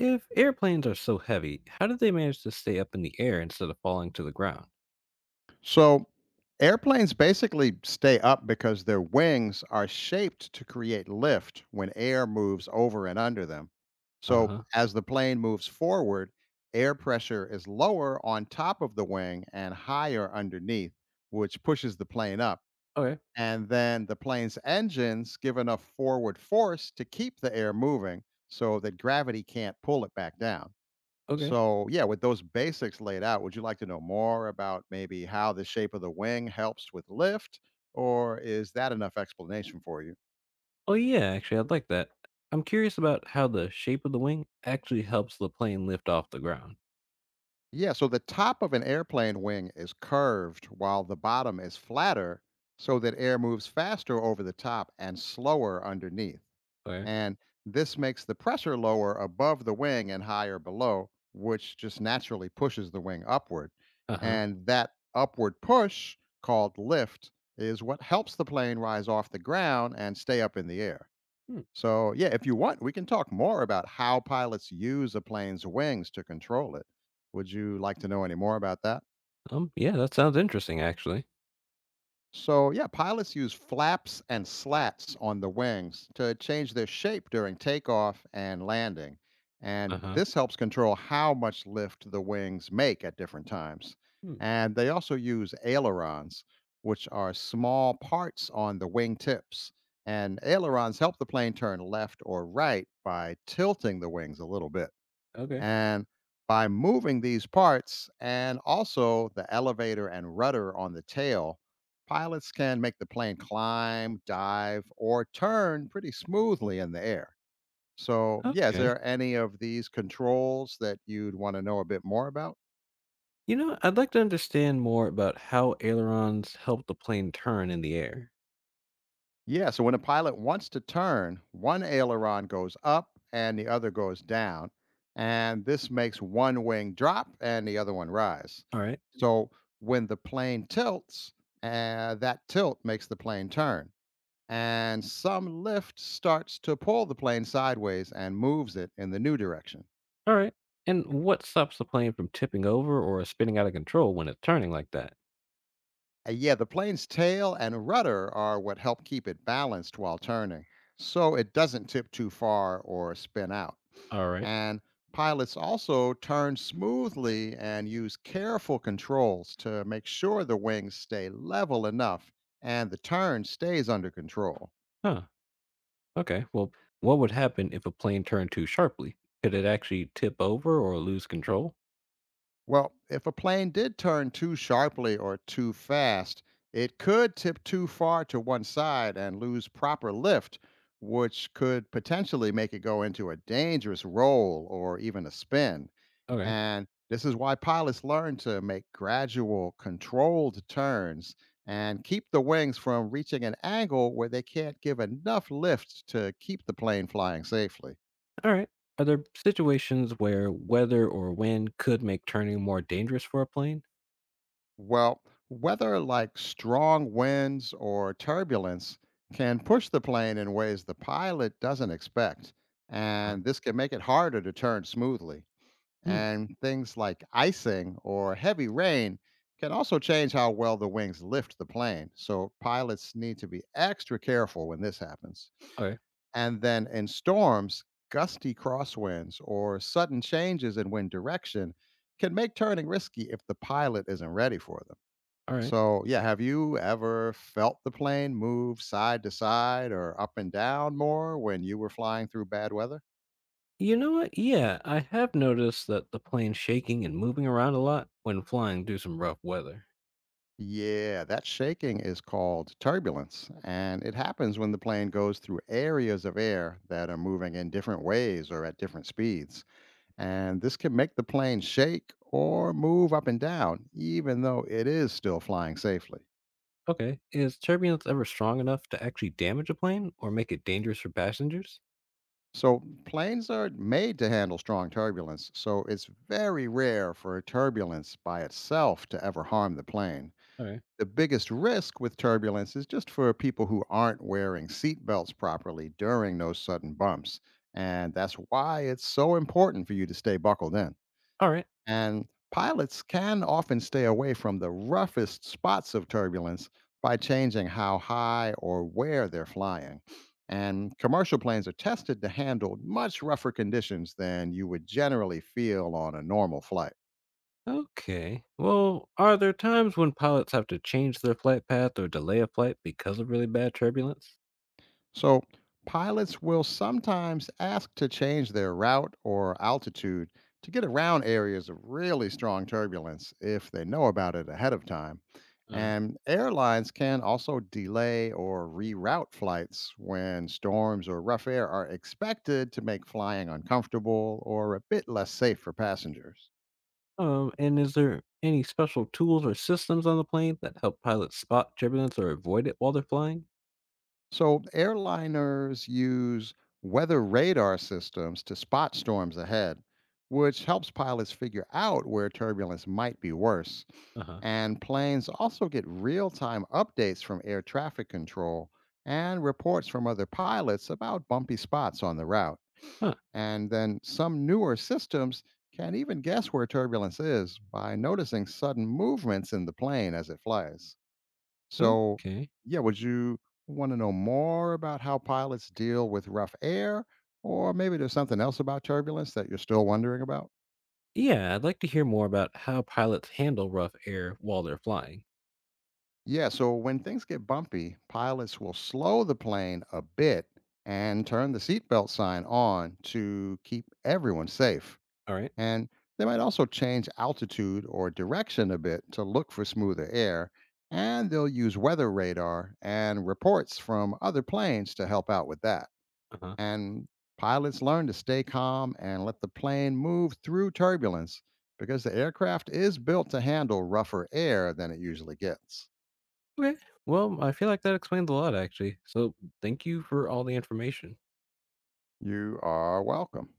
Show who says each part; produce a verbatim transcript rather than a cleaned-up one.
Speaker 1: If airplanes are so heavy, how did they manage to stay up in the air instead of falling to the ground?
Speaker 2: So airplanes basically stay up because their wings are shaped to create lift when air moves over and under them.
Speaker 1: Uh
Speaker 2: So
Speaker 1: huh.
Speaker 2: as the plane moves forward, air pressure is lower on top of the wing and higher underneath, which pushes the plane up.
Speaker 1: Okay.
Speaker 2: And then the plane's engines give enough forward force to keep the air moving so that gravity can't pull it back down.
Speaker 1: Okay.
Speaker 2: So, yeah, with those basics laid out, would you like to know more about maybe how the shape of the wing helps with lift? Or is that enough explanation for you?
Speaker 1: Oh, yeah, actually, I'd like that. I'm curious about how the shape of the wing actually helps the plane lift off the ground.
Speaker 2: Yeah, so the top of an airplane wing is curved while the bottom is flatter so that air moves faster over the top and slower underneath.
Speaker 1: Okay.
Speaker 2: And this makes the pressure lower above the wing and higher below, which just naturally pushes the wing upward.
Speaker 1: Uh huh.
Speaker 2: And that upward push, called lift, is what helps the plane rise off the ground and stay up in the air.
Speaker 1: Hmm.
Speaker 2: So, yeah, if you want, we can talk more about how pilots use a plane's wings to control it. Would you like to know any more about that?
Speaker 1: Um, yeah, that sounds interesting, actually.
Speaker 2: So, yeah, pilots use flaps and slats on the wings to change their shape during takeoff and landing. And
Speaker 1: Uh huh.
Speaker 2: this helps control how much lift the wings make at different times.
Speaker 1: Hmm.
Speaker 2: And they also use ailerons, which are small parts on the wing tips. And ailerons help the plane turn left or right by tilting the wings a little bit.
Speaker 1: Okay.
Speaker 2: And by moving these parts and also the elevator and rudder on the tail, pilots can make the plane climb, dive, or turn pretty smoothly in the air. So, yeah, is
Speaker 1: Okay.
Speaker 2: there any of these controls that you'd want to know a bit more about?
Speaker 1: You know, I'd like to understand more about how ailerons help the plane turn in the air.
Speaker 2: Yeah, so when a pilot wants to turn, one aileron goes up and the other goes down. And this makes one wing drop and the other one rise.
Speaker 1: All right.
Speaker 2: So when the plane tilts, uh, that tilt makes the plane turn. And some lift starts to pull the plane sideways and moves it in the new direction.
Speaker 1: All right. And what stops the plane from tipping over or spinning out of control when it's turning like that?
Speaker 2: Uh, yeah, the plane's tail and rudder are what help keep it balanced while turning, so it doesn't tip too far or spin out.
Speaker 1: All right.
Speaker 2: And pilots also turn smoothly and use careful controls to make sure the wings stay level enough and the turn stays under control.
Speaker 1: Huh. Okay. Well, what would happen if a plane turned too sharply? Could it actually tip over or lose control?
Speaker 2: Well, if a plane did turn too sharply or too fast, it could tip too far to one side and lose proper lift, which could potentially make it go into a dangerous roll or even a spin.
Speaker 1: Okay.
Speaker 2: And this is why pilots learn to make gradual, controlled turns and keep the wings from reaching an angle where they can't give enough lift to keep the plane flying safely.
Speaker 1: All right. Are there situations where weather or wind could make turning more dangerous for a plane?
Speaker 2: Well, weather like strong winds or turbulence can push the plane in ways the pilot doesn't expect,
Speaker 1: Huh.
Speaker 2: and this can make it harder to turn smoothly.
Speaker 1: Hmm.
Speaker 2: And things like icing or heavy rain can also change how well the wings lift the plane. So pilots need to be extra careful when this happens.
Speaker 1: Okay.
Speaker 2: And then in storms, gusty crosswinds or sudden changes in wind direction can make turning risky if the pilot isn't ready for them.
Speaker 1: All right.
Speaker 2: So, yeah, have you ever felt the plane move side to side or up and down more when you were flying through bad weather?
Speaker 1: You know what? Yeah, I have noticed that the plane shaking and moving around a lot when flying due some rough weather.
Speaker 2: Yeah, that shaking is called turbulence, and it happens when the plane goes through areas of air that are moving in different ways or at different speeds. And this can make the plane shake or move up and down, even though it is still flying safely.
Speaker 1: Okay. Is turbulence ever strong enough to actually damage a plane or make it dangerous for passengers?
Speaker 2: So, planes are made to handle strong turbulence, so it's very rare for turbulence by itself to ever harm the plane.
Speaker 1: All right.
Speaker 2: The biggest risk with turbulence is just for people who aren't wearing seat belts properly during those sudden bumps. And that's why it's so important for you to stay buckled in.
Speaker 1: All right.
Speaker 2: And pilots can often stay away from the roughest spots of turbulence by changing how high or where they're flying. And commercial planes are tested to handle much rougher conditions than you would generally feel on a normal flight.
Speaker 1: Okay. Well, are there times when pilots have to change their flight path or delay a flight because of really bad turbulence?
Speaker 2: So, pilots will sometimes ask to change their route or altitude to get around areas of really strong turbulence if they know about it ahead of time.
Speaker 1: All right.
Speaker 2: And airlines can also delay or reroute flights when storms or rough air are expected to make flying uncomfortable or a bit less safe for passengers.
Speaker 1: Um, and is there any special tools or systems on the plane that help pilots spot turbulence or avoid it while they're flying?
Speaker 2: So, airliners use weather radar systems to spot storms ahead, which helps pilots figure out where turbulence might be worse.
Speaker 1: Uh huh.
Speaker 2: And planes also get real time updates from air traffic control and reports from other pilots about bumpy spots on the route. And then some newer systems can even guess where turbulence is by noticing sudden movements in the plane as it flies.
Speaker 1: Huh.
Speaker 2: So,
Speaker 1: Okay.
Speaker 2: yeah, would you want to know more about how pilots deal with rough air? Or maybe there's something else about turbulence that you're still wondering about?
Speaker 1: Yeah, I'd like to hear more about how pilots handle rough air while they're flying.
Speaker 2: Yeah, so when things get bumpy, pilots will slow the plane a bit and turn the seatbelt sign on to keep everyone safe.
Speaker 1: All right.
Speaker 2: And they might also change altitude or direction a bit to look for smoother air. And they'll use weather radar and reports from other planes to help out with that.
Speaker 1: Uh huh.
Speaker 2: And pilots learn to stay calm and let the plane move through turbulence because the aircraft is built to handle rougher air than it usually gets.
Speaker 1: Okay. Well, I feel like that explains a lot, actually. So thank you for all the information.
Speaker 2: You are welcome.